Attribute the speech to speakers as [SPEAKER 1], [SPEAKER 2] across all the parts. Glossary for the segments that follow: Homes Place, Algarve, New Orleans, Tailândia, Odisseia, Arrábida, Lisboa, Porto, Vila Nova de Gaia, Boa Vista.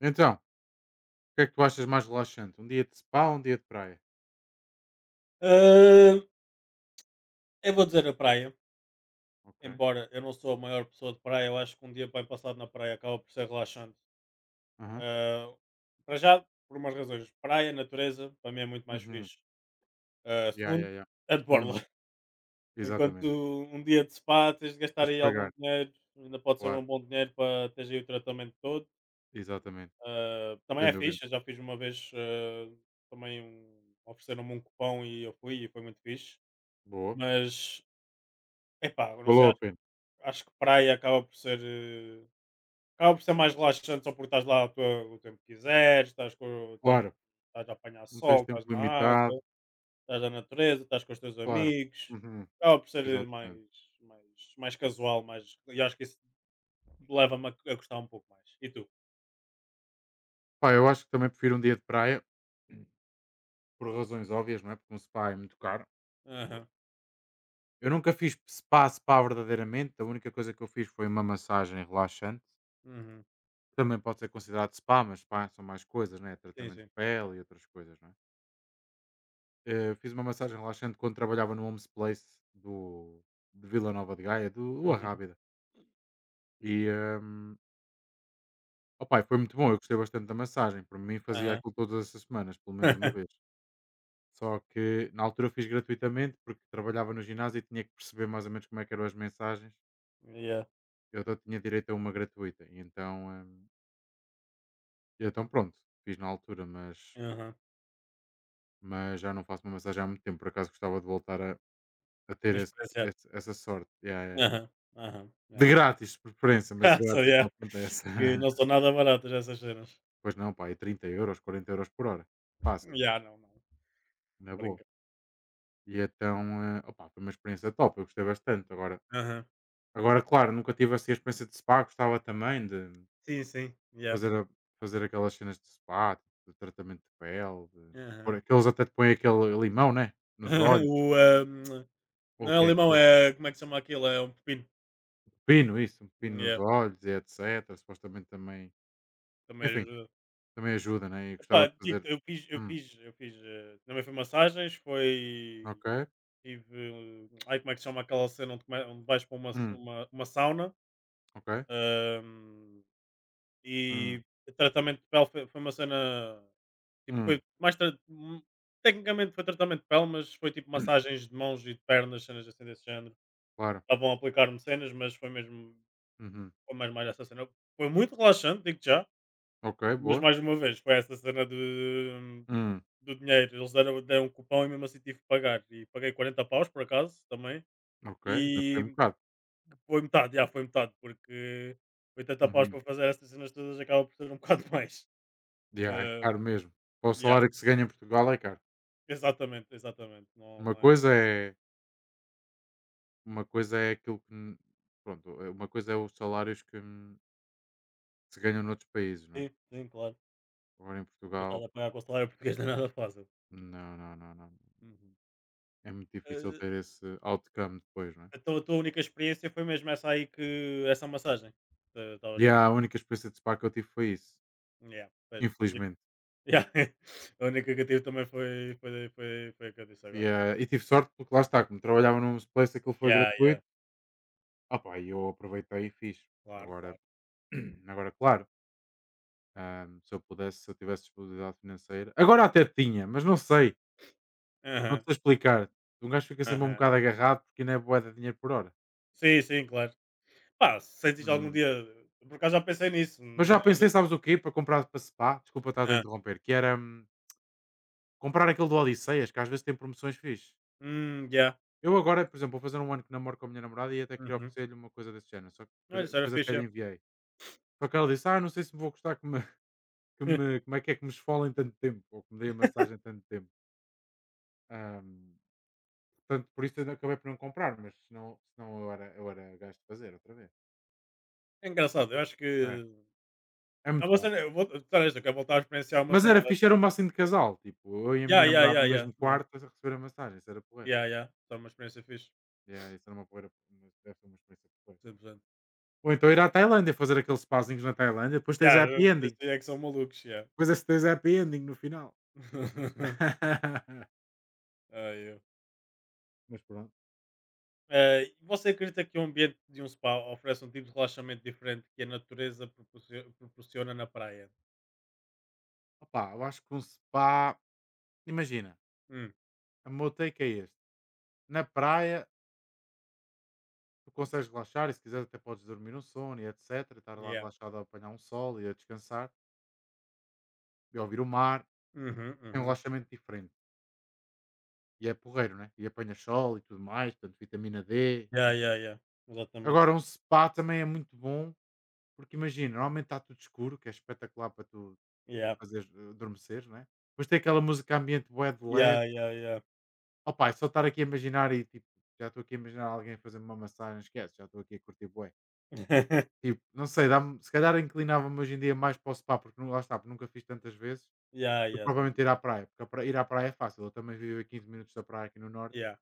[SPEAKER 1] Então, o que é que tu achas mais relaxante? Um dia de spa ou um dia de praia?
[SPEAKER 2] Ah, eu vou dizer a praia,
[SPEAKER 1] Ok.
[SPEAKER 2] embora eu não sou a maior pessoa de praia, eu acho que um dia bem passado na praia acaba por ser relaxante.
[SPEAKER 1] Aham.
[SPEAKER 2] Ah, para já, por umas razões. Praia, natureza, para mim é muito mais
[SPEAKER 1] Uhum.
[SPEAKER 2] fixe. Ah,
[SPEAKER 1] Ya,
[SPEAKER 2] segundo,
[SPEAKER 1] ya, ya.
[SPEAKER 2] a de borla.
[SPEAKER 1] Hum,
[SPEAKER 2] Enquanto
[SPEAKER 1] exatamente.
[SPEAKER 2] um dia de spa, tens de gastar
[SPEAKER 1] Tens que
[SPEAKER 2] aí algum
[SPEAKER 1] pagar,
[SPEAKER 2] dinheiro, ainda pode ser
[SPEAKER 1] claro.
[SPEAKER 2] um bom dinheiro para teres aí o tratamento todo.
[SPEAKER 1] Exatamente.
[SPEAKER 2] Ah, também
[SPEAKER 1] Sem
[SPEAKER 2] é
[SPEAKER 1] dúvida.
[SPEAKER 2] fixe, eu já fiz uma vez ah, também ofereceram-me um cupom e eu fui e foi muito fixe.
[SPEAKER 1] Boa.
[SPEAKER 2] Mas, epá, eu não
[SPEAKER 1] Valeu
[SPEAKER 2] sei,
[SPEAKER 1] a pena.
[SPEAKER 2] Acho que praia acaba por ser, eh, acaba por ser mais relaxante só porque estás lá à toa o tempo que quiseres, estás, estás,
[SPEAKER 1] Claro.
[SPEAKER 2] estás a apanhar
[SPEAKER 1] Não tens
[SPEAKER 2] sol,
[SPEAKER 1] tempo
[SPEAKER 2] estás na
[SPEAKER 1] limitado.
[SPEAKER 2] água, estás na natureza, estás com os teus
[SPEAKER 1] Claro.
[SPEAKER 2] amigos.
[SPEAKER 1] Uhum.
[SPEAKER 2] Acaba por ser eh,
[SPEAKER 1] Exatamente.
[SPEAKER 2] mais, mais casual, mais, e acho que isso leva-me a gostar um pouco mais. E tu?
[SPEAKER 1] Pá, eu acho que também prefiro um dia de praia, por razões óbvias, não é? Porque um spa é muito caro.
[SPEAKER 2] Aham,
[SPEAKER 1] Eu nunca fiz spa verdadeiramente. A única coisa que eu fiz foi uma massagem relaxante.
[SPEAKER 2] uhum,
[SPEAKER 1] Também pode ser considerado spa, mas spa são mais coisas, né?
[SPEAKER 2] Sim,
[SPEAKER 1] Tratamento de
[SPEAKER 2] sim.
[SPEAKER 1] pele e outras coisas, não é? Fiz uma massagem relaxante quando trabalhava no Homes Place de Vila Nova de Gaia, do
[SPEAKER 2] Uhum.
[SPEAKER 1] Arrábida. E, opa, e foi muito bom, eu gostei bastante da massagem. Para mim, fazia
[SPEAKER 2] Aham.
[SPEAKER 1] aquilo todas as semanas, pelo menos uma vez. Só que na altura eu fiz gratuitamente, porque trabalhava no ginásio e tinha que perceber mais ou menos como é que eram as mensagens.
[SPEAKER 2] Yeah.
[SPEAKER 1] Eu só tinha direito a uma gratuita. E então, pronto, fiz na altura,
[SPEAKER 2] Aham.
[SPEAKER 1] mas já não faço uma massagem há muito tempo. Por acaso gostava de voltar a ter
[SPEAKER 2] Experienciar.
[SPEAKER 1] essa sorte. Yeah, yeah.
[SPEAKER 2] Aham. Aham.
[SPEAKER 1] De
[SPEAKER 2] Yeah.
[SPEAKER 1] grátis, de preferência, mas
[SPEAKER 2] So,
[SPEAKER 1] grátis não
[SPEAKER 2] yeah.
[SPEAKER 1] acontece.
[SPEAKER 2] Que não são nada baratas essas cenas.
[SPEAKER 1] Pois não, pá, é 30 euros, 40 euros por hora. Fácil,
[SPEAKER 2] Yeah, não, não.
[SPEAKER 1] na boa.
[SPEAKER 2] Brinca.
[SPEAKER 1] E então, opá, foi uma experiência top, eu gostei bastante. Agora,
[SPEAKER 2] Aham.
[SPEAKER 1] agora claro, nunca tive assim a experiência de spa, gostava também de
[SPEAKER 2] Sim, sim. Yeah.
[SPEAKER 1] fazer, fazer aquelas cenas de spa, de tratamento de pele, de...
[SPEAKER 2] Aham.
[SPEAKER 1] que até te põem aquele limão, né? Nos olhos,
[SPEAKER 2] O, ah,
[SPEAKER 1] ou o
[SPEAKER 2] não
[SPEAKER 1] que
[SPEAKER 2] é
[SPEAKER 1] é
[SPEAKER 2] limão,
[SPEAKER 1] aquilo.
[SPEAKER 2] é como é que se chama aquilo? É um pepino.
[SPEAKER 1] Pino, isso, um pino nos
[SPEAKER 2] Yeah.
[SPEAKER 1] olhos e etcétera, supostamente também
[SPEAKER 2] Também
[SPEAKER 1] enfim,
[SPEAKER 2] ajuda.
[SPEAKER 1] também ajuda, né, e gostava
[SPEAKER 2] Epá,
[SPEAKER 1] de fazer.
[SPEAKER 2] digo-te, eu fiz, eu
[SPEAKER 1] hum,
[SPEAKER 2] fiz, eu fiz. Eh, também foi massagens, foi.
[SPEAKER 1] ok.
[SPEAKER 2] Tive. Eh, ai, como é que se chama aquela cena onde, onde vais para uma,
[SPEAKER 1] hum,
[SPEAKER 2] uma, uma sauna?
[SPEAKER 1] ok.
[SPEAKER 2] ahm,
[SPEAKER 1] hum,
[SPEAKER 2] e tratamento de pele foi, foi uma cena. Tipo, foi
[SPEAKER 1] hum,
[SPEAKER 2] mais. Tecnicamente foi tratamento de pele, mas foi tipo massagens de mãos e de pernas, cenas assim desse género.
[SPEAKER 1] Claro.
[SPEAKER 2] Estavam a aplicar-me cenas, mas foi mesmo
[SPEAKER 1] uhum,
[SPEAKER 2] foi mais essa cena. Foi muito relaxante, digo já,
[SPEAKER 1] ok,
[SPEAKER 2] mas
[SPEAKER 1] boa.
[SPEAKER 2] mais uma vez foi essa cena de
[SPEAKER 1] hum,
[SPEAKER 2] do dinheiro. Eles deram um cupom e mesmo assim tive que pagar. E paguei 40 paus por acaso também
[SPEAKER 1] ok, ainda foi um
[SPEAKER 2] e
[SPEAKER 1] bocado.
[SPEAKER 2] foi metade, já foi metade, porque 80 paus
[SPEAKER 1] uhum,
[SPEAKER 2] para fazer essas cenas todas acaba por ser um bocado mais.
[SPEAKER 1] yeah, é caro
[SPEAKER 2] Ahm,
[SPEAKER 1] mesmo. Para o
[SPEAKER 2] yeah,
[SPEAKER 1] salário que se ganha em Portugal é caro.
[SPEAKER 2] exatamente, exatamente. Não,
[SPEAKER 1] Uma
[SPEAKER 2] não é.
[SPEAKER 1] coisa é uma coisa é aquilo que n pronto, uma coisa é os salários que se ganham noutros países, não é?
[SPEAKER 2] Sim, sim, claro.
[SPEAKER 1] Agora em
[SPEAKER 2] Depois estás
[SPEAKER 1] Portugal,
[SPEAKER 2] a pagar com o salário português não é nada fácil.
[SPEAKER 1] não,
[SPEAKER 2] Uhum.
[SPEAKER 1] é muito difícil
[SPEAKER 2] Eh,
[SPEAKER 1] ter esse outcome depois, não é?
[SPEAKER 2] então a tua única experiência foi mesmo essa aí que essa massagem. Eh, estavas
[SPEAKER 1] E
[SPEAKER 2] a dizer.
[SPEAKER 1] a única experiência de spa que eu tive foi isso,
[SPEAKER 2] Yeah, pois.
[SPEAKER 1] infelizmente.
[SPEAKER 2] Yeah. A única que eu tive também foi, foi, foi, foi a que eu disse agora.
[SPEAKER 1] Yeah, e tive sorte porque lá está, como trabalhava num place, aquilo foi
[SPEAKER 2] Yeah, yeah.
[SPEAKER 1] gratuito. Opa, e eu aproveitei e fiz.
[SPEAKER 2] Claro,
[SPEAKER 1] Agora,
[SPEAKER 2] claro.
[SPEAKER 1] agora claro, se eu pudesse, se eu tivesse disponibilidade financeira. Agora até tinha, mas não sei, não te
[SPEAKER 2] Aham,
[SPEAKER 1] sei explicar. Um gajo fica sempre um
[SPEAKER 2] aham.
[SPEAKER 1] bocado agarrado porque não é boa de dinheiro por hora.
[SPEAKER 2] Sim, sim, claro. Pá, se sentes algum
[SPEAKER 1] Hum.
[SPEAKER 2] dia. Por acaso já pensei nisso.
[SPEAKER 1] Mas já pensei, sabes o quê? Para comprar para spa, desculpa estar a
[SPEAKER 2] Ah.
[SPEAKER 1] interromper, que era comprar aquele do Odisseias, que às vezes tem promoções fixe.
[SPEAKER 2] Yeah.
[SPEAKER 1] Eu agora, por exemplo, vou fazer um ano que namoro com a minha namorada e até queria
[SPEAKER 2] Uhum.
[SPEAKER 1] oferecer-lhe uma coisa desse género, só que
[SPEAKER 2] Olha, isso era
[SPEAKER 1] depois até
[SPEAKER 2] fixe.
[SPEAKER 1] lhe
[SPEAKER 2] É.
[SPEAKER 1] enviei. Só que ela disse: Ah, não sei se me vou gostar que me, que me, como é que me esfolem tanto tempo, ou que me deem a massagem tanto tempo. Ahm, Portanto, por isso eu acabei por não comprar, mas senão eu era gajo de fazer outra vez.
[SPEAKER 2] É engraçado, eu acho que.
[SPEAKER 1] É, é
[SPEAKER 2] É
[SPEAKER 1] muito
[SPEAKER 2] uma
[SPEAKER 1] bom.
[SPEAKER 2] cena, eu vou estar eu quero voltar a experienciar uma
[SPEAKER 1] Mas
[SPEAKER 2] cena
[SPEAKER 1] era fixe,
[SPEAKER 2] dessas.
[SPEAKER 1] era um massinho de casal, tipo, eu e a minha
[SPEAKER 2] Yeah, yeah,
[SPEAKER 1] namorada no
[SPEAKER 2] yeah, yeah.
[SPEAKER 1] mesmo
[SPEAKER 2] Yeah,
[SPEAKER 1] quarto a receber a massagem, isso era porreiro.
[SPEAKER 2] yeah, yeah. Foi uma experiência fixe.
[SPEAKER 1] Yeah, isso era uma porreira, deve ser uma experiência porreira.
[SPEAKER 2] 100%.
[SPEAKER 1] Ou então ir à Tailândia, fazer aqueles spazinhos na Tailândia, depois tens a
[SPEAKER 2] Yeah,
[SPEAKER 1] happy
[SPEAKER 2] esses
[SPEAKER 1] ending.
[SPEAKER 2] é que são malucos, yeah.
[SPEAKER 1] Mas esse 2 happy ending no final.
[SPEAKER 2] Ai, eu.
[SPEAKER 1] Mas pronto.
[SPEAKER 2] Eh, você acredita que o ambiente de um spa oferece um tipo de relaxamento diferente que a natureza proporciona na praia?
[SPEAKER 1] Opa eu acho que um spa imagina,
[SPEAKER 2] Hum,
[SPEAKER 1] o meu take é este: na praia, tu consegues relaxar e se quiseres até podes dormir um sono e etcétera, estar lá
[SPEAKER 2] yeah.
[SPEAKER 1] relaxado a apanhar um sol e a descansar e a ouvir o mar,
[SPEAKER 2] Uhum,
[SPEAKER 1] é um
[SPEAKER 2] uhum.
[SPEAKER 1] relaxamento diferente e é porreiro, né, e apanhas sol e tudo mais, portanto vitamina D,
[SPEAKER 2] Yeah,
[SPEAKER 1] enfim.
[SPEAKER 2] yeah, yeah. Exatamente.
[SPEAKER 1] Agora um spa também é muito bom, porque imagina, normalmente está tudo escuro, que é espetacular para tu
[SPEAKER 2] Yeah.
[SPEAKER 1] fazeres adormeceres, né é? Tem aquela música ambiente bué de leve.
[SPEAKER 2] Yeah, yeah, yeah.
[SPEAKER 1] Opa, é só estar aqui a imaginar e tipo, já estou aqui a imaginar alguém a fazer-me uma massagem, esquece, já estou aqui a curtir bué. Tipo, não sei, dá-me, se calhar inclinava-me hoje em dia mais para o spa, porque lá está, porque nunca fiz tantas vezes,
[SPEAKER 2] yeah,
[SPEAKER 1] do que
[SPEAKER 2] yeah, sem
[SPEAKER 1] provavelmente ir à
[SPEAKER 2] dúvida.
[SPEAKER 1] praia, porque a ir à praia é fácil, eu também vivo a 15 minutos da praia aqui no norte,
[SPEAKER 2] Yeah.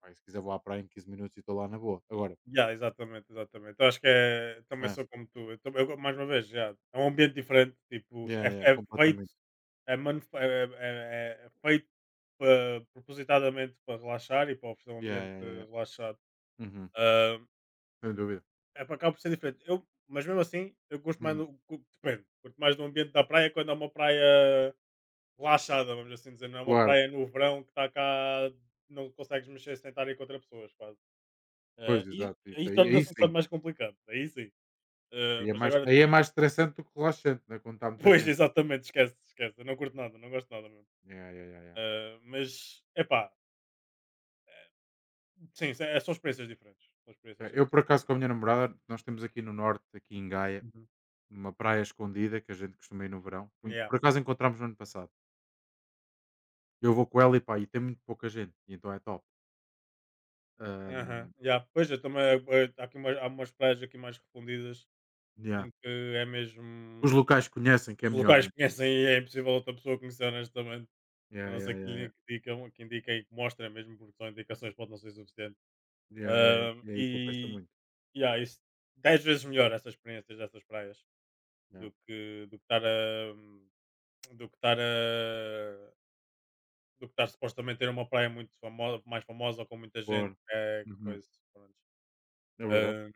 [SPEAKER 1] pá, e se quiser vou à praia em 15 minutos e estou lá na boa. Agora,
[SPEAKER 2] Ya, exatamente, exatamente. Eu acho que é também
[SPEAKER 1] é,
[SPEAKER 2] sou como tu. Eu também, mais uma vez, já, é um ambiente diferente, tipo,
[SPEAKER 1] yeah,
[SPEAKER 2] é,
[SPEAKER 1] yeah,
[SPEAKER 2] é feito,
[SPEAKER 1] completamente,
[SPEAKER 2] é, manuf- é, é- é feito propositadamente para relaxar e para oferecer um
[SPEAKER 1] yeah,
[SPEAKER 2] ambiente
[SPEAKER 1] yeah, yeah, yeah.
[SPEAKER 2] relaxado.
[SPEAKER 1] Uhum,
[SPEAKER 2] Ah,
[SPEAKER 1] sem dúvida.
[SPEAKER 2] é para cá por ser diferente. Eu, mas mesmo assim, eu gosto mais
[SPEAKER 1] Hum,
[SPEAKER 2] do. Depende, curto mais do ambiente da praia quando é uma praia relaxada, vamos assim dizer, não é uma
[SPEAKER 1] claro,
[SPEAKER 2] praia no verão que está cá, não consegues mexer sem estar aí com outras pessoas, quase.
[SPEAKER 1] pois,
[SPEAKER 2] Ah, e
[SPEAKER 1] exato, isso
[SPEAKER 2] aí
[SPEAKER 1] aí, aí
[SPEAKER 2] torna-se um bocado
[SPEAKER 1] sim,
[SPEAKER 2] mais complicado, aí sim. Ah, mas agora,
[SPEAKER 1] aí é
[SPEAKER 2] tipo,
[SPEAKER 1] mais estressante do que relaxante, né, quando está muita
[SPEAKER 2] pois,
[SPEAKER 1] gente.
[SPEAKER 2] exatamente, esquece, esquece. Eu não curto nada, não gosto nada mesmo.
[SPEAKER 1] Yeah, yeah, yeah, yeah.
[SPEAKER 2] Ah, mas, epá, eh, sim, eh, são experiências diferentes. São experiências
[SPEAKER 1] Eu, por
[SPEAKER 2] 100%
[SPEAKER 1] acaso, com a
[SPEAKER 2] diferentes.
[SPEAKER 1] minha namorada, nós temos aqui no norte, aqui em Gaia,
[SPEAKER 2] Uhum.
[SPEAKER 1] uma praia escondida que a gente costuma ir no verão.
[SPEAKER 2] Yeah.
[SPEAKER 1] Por acaso encontramos no ano passado. Eu vou com ela e pá, e tem muito pouca gente, e então é top.
[SPEAKER 2] Aham,
[SPEAKER 1] Ahm,
[SPEAKER 2] yeah. Pois, eu também, eh, há, aqui umas, há umas praias aqui mais refundidas
[SPEAKER 1] yeah.
[SPEAKER 2] em que é
[SPEAKER 1] Os
[SPEAKER 2] mesmo,
[SPEAKER 1] locais conhecem que é
[SPEAKER 2] os
[SPEAKER 1] melhor,
[SPEAKER 2] locais
[SPEAKER 1] né?
[SPEAKER 2] conhecem e é impossível outra pessoa conhecer honestamente. A
[SPEAKER 1] Yeah,
[SPEAKER 2] não
[SPEAKER 1] yeah,
[SPEAKER 2] ser que
[SPEAKER 1] yeah, yeah.
[SPEAKER 2] lhe indicam, que indiquem, e que mostrem mesmo, porque são indicações pode não ser suficiente.
[SPEAKER 1] Yeah, yeah, yeah.
[SPEAKER 2] Ah,
[SPEAKER 1] E aí compensa
[SPEAKER 2] e,
[SPEAKER 1] muito.
[SPEAKER 2] yeah, isso, 10 vezes melhor essas experiências dessas praias.
[SPEAKER 1] Yeah.
[SPEAKER 2] do que estar a do que estar a do que estar supostamente ter uma praia muito famosa, mais famosa ou com muita gente,
[SPEAKER 1] Claro.
[SPEAKER 2] é
[SPEAKER 1] Uhum.
[SPEAKER 2] coisa, pronto.
[SPEAKER 1] É verdade.
[SPEAKER 2] Hum,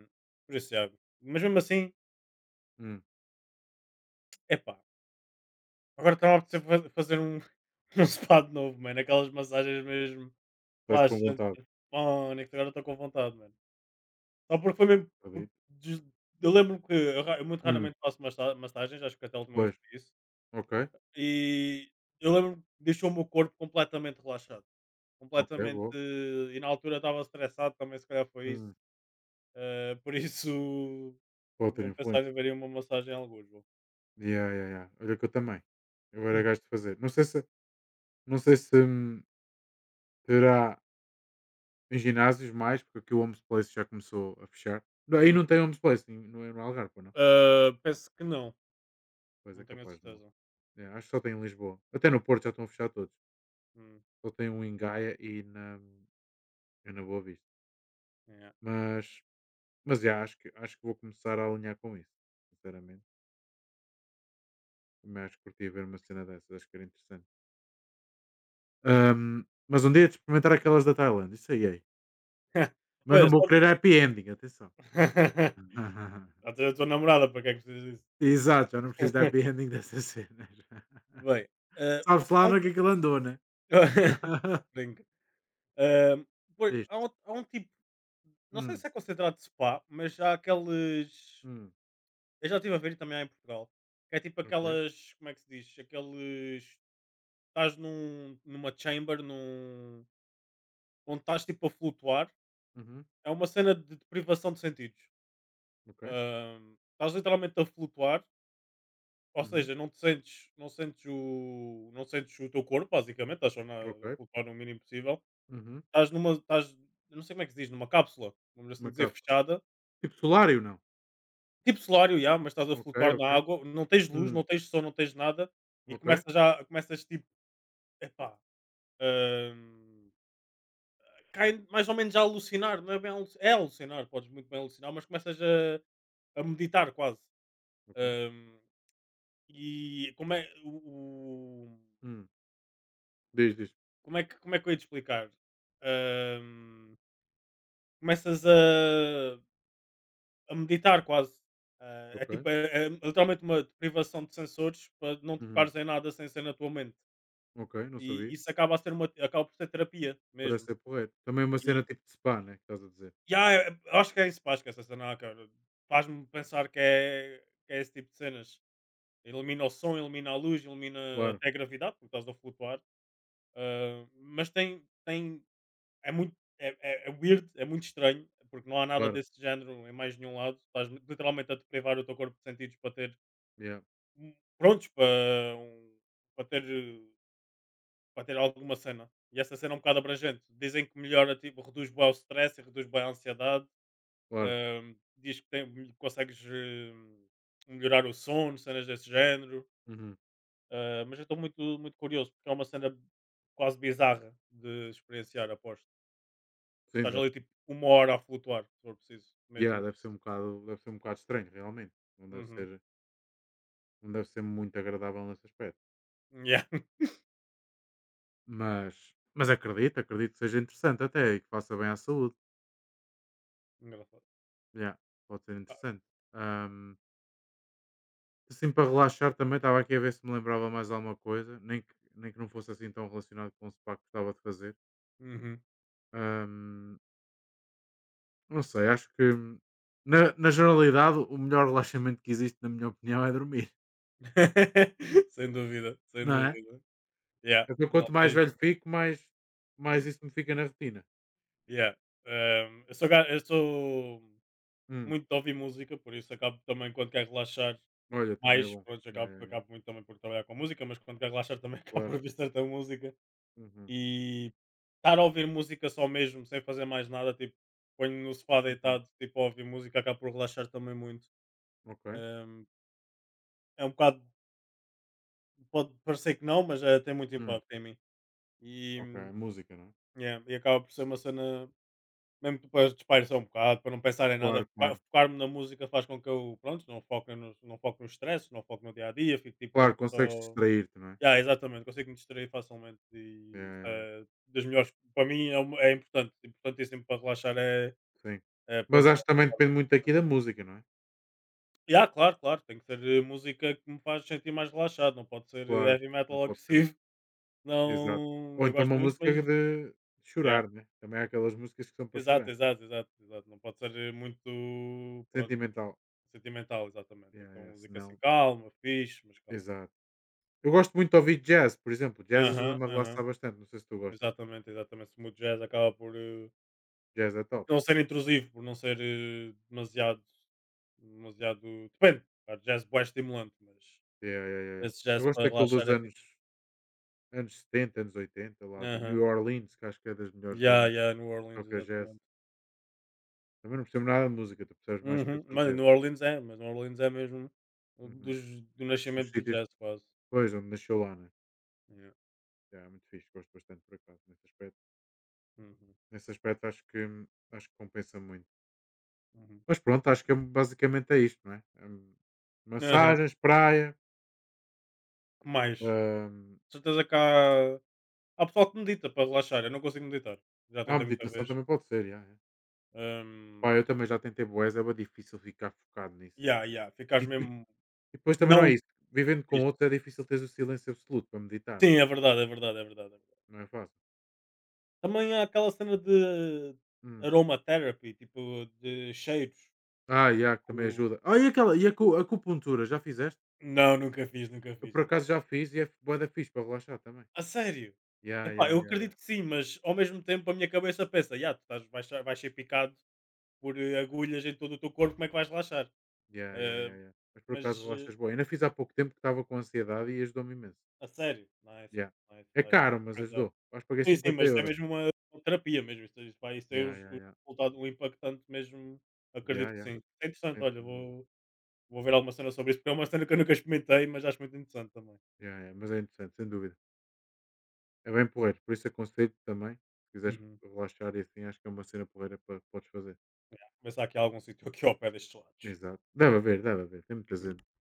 [SPEAKER 2] por isso, já. Mas mesmo assim,
[SPEAKER 1] Hum.
[SPEAKER 2] epá, agora está a apetecer fazer um, um spa de novo, mano, aquelas massagens mesmo
[SPEAKER 1] Estás com
[SPEAKER 2] relaxantes,
[SPEAKER 1] vontade,
[SPEAKER 2] mano, que agora estou com vontade, mano. Só porque foi mesmo, porque
[SPEAKER 1] acredito.
[SPEAKER 2] eu lembro-me que eu muito
[SPEAKER 1] Hum.
[SPEAKER 2] raramente faço massagens, acho que até a última vez
[SPEAKER 1] Pois.
[SPEAKER 2] foi isso.
[SPEAKER 1] Ok,
[SPEAKER 2] E eu lembro que deixou o meu corpo completamente relaxado.
[SPEAKER 1] ok,
[SPEAKER 2] Completamente
[SPEAKER 1] boa.
[SPEAKER 2] eh, e na altura estava estressado também, se calhar foi isso.
[SPEAKER 1] Hum.
[SPEAKER 2] Eh, por isso,
[SPEAKER 1] Pode ter
[SPEAKER 2] também pensar em
[SPEAKER 1] influência.
[SPEAKER 2] haveria uma massagem em algures.
[SPEAKER 1] Yeah, yeah, yeah. Olha que eu também. Eu era gajo de fazer. Não sei se. Não sei se. Terá em ginásios mais, porque aqui o Homes Place já começou a fechar. Não, aí
[SPEAKER 2] Hum,
[SPEAKER 1] não tem Homes Place, não é no Algarve, pois não?
[SPEAKER 2] ah, penso que não,
[SPEAKER 1] Pois é
[SPEAKER 2] não tenho a
[SPEAKER 1] capaz, não.
[SPEAKER 2] certeza.
[SPEAKER 1] É, acho que só tem em Lisboa. Até no Porto já estão a fechar todos.
[SPEAKER 2] Hum,
[SPEAKER 1] Só tem um em e na Boa Vista.
[SPEAKER 2] yeah.
[SPEAKER 1] Mas, mas já, acho que vou começar a alinhar com isso, sinceramente. Também acho que curti ver uma cena dessas, acho que era interessante. Mas um dia de experimentar aquelas da Tailândia, isso aí é. Mas
[SPEAKER 2] Olha,
[SPEAKER 1] não vou
[SPEAKER 2] só.
[SPEAKER 1] querer happy ending, atenção.
[SPEAKER 2] Já tens a tua namorada, para que é que precisas disso?
[SPEAKER 1] Exato, já não preciso de happy ending dessa cena.
[SPEAKER 2] Bem, ah,
[SPEAKER 1] Sabes lá
[SPEAKER 2] há um.
[SPEAKER 1] no que é que ele andou, né?
[SPEAKER 2] Brinca. Ah, pois,
[SPEAKER 1] Diz.
[SPEAKER 2] há um tipo. Não sei
[SPEAKER 1] Hum,
[SPEAKER 2] se é considerado spa, mas há aqueles.
[SPEAKER 1] hum,
[SPEAKER 2] Eu já estive a ver e também há em Portugal. Que é tipo
[SPEAKER 1] ok.
[SPEAKER 2] aquelas. Como é que se diz? Aqueles. Estás num, numa chamber, num, onde estás tipo a flutuar.
[SPEAKER 1] Uhum,
[SPEAKER 2] É uma cena de privação de sentidos.
[SPEAKER 1] ok.
[SPEAKER 2] Estás literalmente a flutuar, ou
[SPEAKER 1] Uhum,
[SPEAKER 2] seja, não te sentes, não sentes, não sentes o teu corpo, basicamente. Estás só na, a
[SPEAKER 1] ok.
[SPEAKER 2] flutuar no mínimo possível.
[SPEAKER 1] Uhum,
[SPEAKER 2] Estás numa. Estás, eu não sei como é que se diz, numa cápsula, vamos assim
[SPEAKER 1] uma
[SPEAKER 2] dizer,
[SPEAKER 1] cápsula.
[SPEAKER 2] fechada.
[SPEAKER 1] Tipo solário, não?
[SPEAKER 2] Tipo solário, já mas estás a
[SPEAKER 1] Ok,
[SPEAKER 2] flutuar
[SPEAKER 1] ok.
[SPEAKER 2] na água, não tens luz,
[SPEAKER 1] Hum,
[SPEAKER 2] não tens som, não tens nada e
[SPEAKER 1] ok,
[SPEAKER 2] começas já começas tipo, epá, hum, cai mais ou menos a alucinar, não é bem aluci é alucinar, podes muito bem alucinar, mas começas a meditar quase.
[SPEAKER 1] ok.
[SPEAKER 2] Hum, e como é o
[SPEAKER 1] Hum, diz, diz.
[SPEAKER 2] como é que eu ia te explicar? Hum, começas a meditar quase. Ah, é
[SPEAKER 1] Ok.
[SPEAKER 2] tipo, é literalmente uma privação de sensores para não te
[SPEAKER 1] Uhum,
[SPEAKER 2] focares em nada sem ser na tua mente.
[SPEAKER 1] ok, não
[SPEAKER 2] E
[SPEAKER 1] sabia.
[SPEAKER 2] isso acaba a ser uma acaba por ser terapia
[SPEAKER 1] Parece
[SPEAKER 2] mesmo.
[SPEAKER 1] ser porreiro. Também uma cena
[SPEAKER 2] E
[SPEAKER 1] tipo de spa, né? Que estás a dizer.
[SPEAKER 2] yeah, acho que é isso, pá, esquece essa cena, ah, cara. Faz-me pensar que é esse tipo de cenas. Elimina o som, elimina a luz, elimina
[SPEAKER 1] Claro,
[SPEAKER 2] até a gravidade, porque estás a flutuar. Ah, mas tem, tem, é muito, é weird, é muito estranho, porque não há nada
[SPEAKER 1] claro.
[SPEAKER 2] desse género em mais nenhum lado. Estás literalmente a te privar o teu corpo de sentidos para ter,
[SPEAKER 1] Yeah,
[SPEAKER 2] prontos, para, para ter Para ter alguma cena. E essa cena é um bocado abrangente. Dizem que melhora, tipo, reduz bem o stress e reduz bem a ansiedade.
[SPEAKER 1] claro.
[SPEAKER 2] Diz que tem, consegues melhorar o sono, cenas desse género.
[SPEAKER 1] Uhum.
[SPEAKER 2] Ah, mas eu estou muito, muito curioso, porque é uma cena quase bizarra de experienciar, aposto.
[SPEAKER 1] Sim,
[SPEAKER 2] Estás
[SPEAKER 1] deve
[SPEAKER 2] ali,
[SPEAKER 1] ser.
[SPEAKER 2] tipo, uma hora a flutuar, se for preciso.
[SPEAKER 1] Yeah,
[SPEAKER 2] Mesmo.
[SPEAKER 1] deve ser um bocado, deve ser um bocado estranho, realmente. Não deve
[SPEAKER 2] Uhum.
[SPEAKER 1] ser, não deve ser muito agradável nesse aspecto.
[SPEAKER 2] Yeah.
[SPEAKER 1] Mas acredito, acredito que seja interessante até e que faça bem à saúde.
[SPEAKER 2] Engraçado.
[SPEAKER 1] Yeah, pode ser interessante. Ahm, assim, para relaxar também, estava aqui a ver se me lembrava mais alguma coisa, nem que não fosse assim tão relacionado com o spa que gostava de fazer.
[SPEAKER 2] Uhum.
[SPEAKER 1] Ahm, não sei, acho que na, na generalidade o melhor relaxamento que existe, na minha opinião, é dormir,
[SPEAKER 2] Sem dúvida, sem
[SPEAKER 1] não é?
[SPEAKER 2] dúvida. Yeah.
[SPEAKER 1] Então,
[SPEAKER 2] Não
[SPEAKER 1] quanto mais
[SPEAKER 2] tens.
[SPEAKER 1] velho fico, mais isso me fica na retina.
[SPEAKER 2] Yeah. Eu sou. Eu sou
[SPEAKER 1] Hum,
[SPEAKER 2] muito de ouvir música, por isso acabo também quando quero relaxar
[SPEAKER 1] olha, também é
[SPEAKER 2] mais,
[SPEAKER 1] bom.
[SPEAKER 2] pronto,
[SPEAKER 1] Yeah,
[SPEAKER 2] acabo,
[SPEAKER 1] yeah, yeah.
[SPEAKER 2] acabo muito também por trabalhar com música, mas quando quero relaxar também acabo por
[SPEAKER 1] Claro.
[SPEAKER 2] ouvir certa música
[SPEAKER 1] Uhum,
[SPEAKER 2] e estar a ouvir música só mesmo, sem fazer mais nada, tipo, ponho no sofá
[SPEAKER 1] uhum.
[SPEAKER 2] deitado, tipo, a ouvir música, acabo por relaxar também muito.
[SPEAKER 1] Ok.
[SPEAKER 2] Ahm, é um bocado, pode parecer que não, mas eh, tem muito
[SPEAKER 1] Hum.
[SPEAKER 2] impacto em mim. E,
[SPEAKER 1] Ok, música, não é?
[SPEAKER 2] yeah, e acaba por ser uma cena mesmo para espairecer um bocado, para não pensar em nada,
[SPEAKER 1] Claro, claro.
[SPEAKER 2] focar-me na música faz com que eu, pronto, não foque no, não foque no stress, não foque no dia a dia, fico tipo
[SPEAKER 1] Claro,
[SPEAKER 2] mesmo
[SPEAKER 1] consegues
[SPEAKER 2] só.
[SPEAKER 1] distrair-te, não é?
[SPEAKER 2] Yeah, exatamente, consigo me distrair facilmente e isso
[SPEAKER 1] É,
[SPEAKER 2] é das melhores. Para mim é, é importante, importantíssimo para relaxar é,
[SPEAKER 1] sim.
[SPEAKER 2] é
[SPEAKER 1] Mas
[SPEAKER 2] pronto. Já,
[SPEAKER 1] acho que também
[SPEAKER 2] focar-me.
[SPEAKER 1] depende muito aqui da música, não é?
[SPEAKER 2] Yeah, claro, claro, tem que ser eh, música que me faz sentir mais relaxado, não pode ser eh,
[SPEAKER 1] Claro,
[SPEAKER 2] heavy
[SPEAKER 1] não
[SPEAKER 2] metal
[SPEAKER 1] pode ser assim.
[SPEAKER 2] agressivo,
[SPEAKER 1] Exato.
[SPEAKER 2] não.
[SPEAKER 1] Ou
[SPEAKER 2] Eu
[SPEAKER 1] então
[SPEAKER 2] gosto
[SPEAKER 1] uma
[SPEAKER 2] muito,
[SPEAKER 1] música
[SPEAKER 2] mas.
[SPEAKER 1] de
[SPEAKER 2] Yeah,
[SPEAKER 1] chorar, né? Também há aquelas músicas que são para
[SPEAKER 2] exato,
[SPEAKER 1] chorar.
[SPEAKER 2] exato, exato, exato, não pode ser eh, muito. Pronto.
[SPEAKER 1] Sentimental.
[SPEAKER 2] Sentimental, exatamente. Tem
[SPEAKER 1] Yeah,
[SPEAKER 2] que ter
[SPEAKER 1] yeah,
[SPEAKER 2] uma música assim
[SPEAKER 1] senão.
[SPEAKER 2] calma, fixe, mas calma.
[SPEAKER 1] Exato. Eu gosto muito de ouvir jazz, por exemplo. Jazz
[SPEAKER 2] Aham,
[SPEAKER 1] ajuda-me a
[SPEAKER 2] aham.
[SPEAKER 1] relaxar bastante. Não sei se tu gostas.
[SPEAKER 2] Exatamente, exatamente. Se O smooth jazz acaba por eh,
[SPEAKER 1] Jazz é top.
[SPEAKER 2] não ser intrusivo, por não ser eh, demasiado. Demasiado. Depende. Há jazz bué estimulante, mas
[SPEAKER 1] Yeah, yeah, yeah. Yeah.
[SPEAKER 2] esse
[SPEAKER 1] Eu
[SPEAKER 2] jazz
[SPEAKER 1] gosto
[SPEAKER 2] para
[SPEAKER 1] daquele dos
[SPEAKER 2] relaxar é fixe.
[SPEAKER 1] anos 70, anos 80, lá de
[SPEAKER 2] Aham.
[SPEAKER 1] New Orleans, que acho que é das melhores
[SPEAKER 2] Yeah,
[SPEAKER 1] zonas
[SPEAKER 2] yeah, New
[SPEAKER 1] que
[SPEAKER 2] Orleans,
[SPEAKER 1] toca jazz.
[SPEAKER 2] exatamente.
[SPEAKER 1] Também não percebo nada de música, tu percebes mais que eu
[SPEAKER 2] Uhum.
[SPEAKER 1] de
[SPEAKER 2] Mano,
[SPEAKER 1] certeza.
[SPEAKER 2] New Orleans é, mas New Orleans é mesmo
[SPEAKER 1] Uhum.
[SPEAKER 2] do
[SPEAKER 1] Os
[SPEAKER 2] nascimento do
[SPEAKER 1] sítios,
[SPEAKER 2] jazz, quase.
[SPEAKER 1] pois, onde nasceu lá, né?
[SPEAKER 2] Yeah.
[SPEAKER 1] Já, é muito fixe, gosto bastante por acaso nesse aspecto.
[SPEAKER 2] Uhum.
[SPEAKER 1] Nesse aspecto acho que compensa muito.
[SPEAKER 2] Uhum.
[SPEAKER 1] Mas pronto, acho que basicamente é isto, não é?
[SPEAKER 2] Aham.
[SPEAKER 1] Massagens, praia,
[SPEAKER 2] Que mais?
[SPEAKER 1] hum,
[SPEAKER 2] Com certeza cá. Há pessoal que medita para relaxar, eu não consigo meditar. Já
[SPEAKER 1] ah, a
[SPEAKER 2] tentei muita
[SPEAKER 1] meditação
[SPEAKER 2] vez.
[SPEAKER 1] também pode ser, já, é. Pá,
[SPEAKER 2] Hum,
[SPEAKER 1] eu também já tentei boés, é bué difícil ficar focado nisso.
[SPEAKER 2] yeah, yeah,
[SPEAKER 1] E,
[SPEAKER 2] ficares
[SPEAKER 1] e- e
[SPEAKER 2] mesmo
[SPEAKER 1] depois também não é
[SPEAKER 2] não
[SPEAKER 1] isso. Vivendo com
[SPEAKER 2] fixe.
[SPEAKER 1] outros é difícil teres o silêncio absoluto para meditar,
[SPEAKER 2] Sim,
[SPEAKER 1] né?
[SPEAKER 2] é verdade, é verdade, é verdade, é verdade.
[SPEAKER 1] Não é fácil.
[SPEAKER 2] Também há aquela cena de
[SPEAKER 1] Hum.
[SPEAKER 2] aromatherapy, tipo de cheiros.
[SPEAKER 1] Ah, já, que também
[SPEAKER 2] O-
[SPEAKER 1] ajuda. Ah, e aquela, acupuntura, já fizeste?
[SPEAKER 2] Não, nunca fiz, nunca
[SPEAKER 1] Eu
[SPEAKER 2] fiz,
[SPEAKER 1] por
[SPEAKER 2] nunca
[SPEAKER 1] acaso
[SPEAKER 2] fiz.
[SPEAKER 1] já fiz e é bué da fixe para relaxar também.
[SPEAKER 2] A sério?
[SPEAKER 1] Ya, ya,
[SPEAKER 2] Epá, eu
[SPEAKER 1] ya.
[SPEAKER 2] acredito que sim, mas ao mesmo tempo a minha cabeça pensa, já tu estás, vais ser picado por eh, agulhas em todo o teu corpo, como é que vais relaxar?
[SPEAKER 1] Ya, ya,
[SPEAKER 2] Eh,
[SPEAKER 1] ya, ya. Mas por acaso
[SPEAKER 2] mas eh,
[SPEAKER 1] relaxas bué. Ainda fiz há pouco tempo que estava com ansiedade e ajudou-me imenso.
[SPEAKER 2] a sério, nice,
[SPEAKER 1] Ya.
[SPEAKER 2] nice,
[SPEAKER 1] É
[SPEAKER 2] nice. Tenho
[SPEAKER 1] caro,
[SPEAKER 2] que
[SPEAKER 1] mas
[SPEAKER 2] experimentar.
[SPEAKER 1] ajudou. Acho que paguei
[SPEAKER 2] Sim, sim,
[SPEAKER 1] 50
[SPEAKER 2] mas isto é
[SPEAKER 1] euros.
[SPEAKER 2] mesmo uma terapia mesmo, isto vai ser
[SPEAKER 1] Ya,
[SPEAKER 2] os
[SPEAKER 1] ya,
[SPEAKER 2] o
[SPEAKER 1] ya.
[SPEAKER 2] resultado, um impactante mesmo,
[SPEAKER 1] Ya,
[SPEAKER 2] acredito que
[SPEAKER 1] ya.
[SPEAKER 2] sim. É interessante,
[SPEAKER 1] Sem
[SPEAKER 2] olha,
[SPEAKER 1] dúvida.
[SPEAKER 2] vou ver alguma cena sobre isso, porque é uma cena que eu nunca experimentei, mas acho muito interessante também.
[SPEAKER 1] Ya, ya. Mas é interessante, sem dúvida. É bem porreiro. Por isso aconselho também. Se quiseres
[SPEAKER 2] Uhum.
[SPEAKER 1] relaxar e assim, acho que é uma cena porreira para podes fazer.
[SPEAKER 2] Pensar que há algum sítio aqui ao pé destes lados.
[SPEAKER 1] Exato. Deve haver, deve haver. Tem muita
[SPEAKER 2] Uhum.
[SPEAKER 1] gente.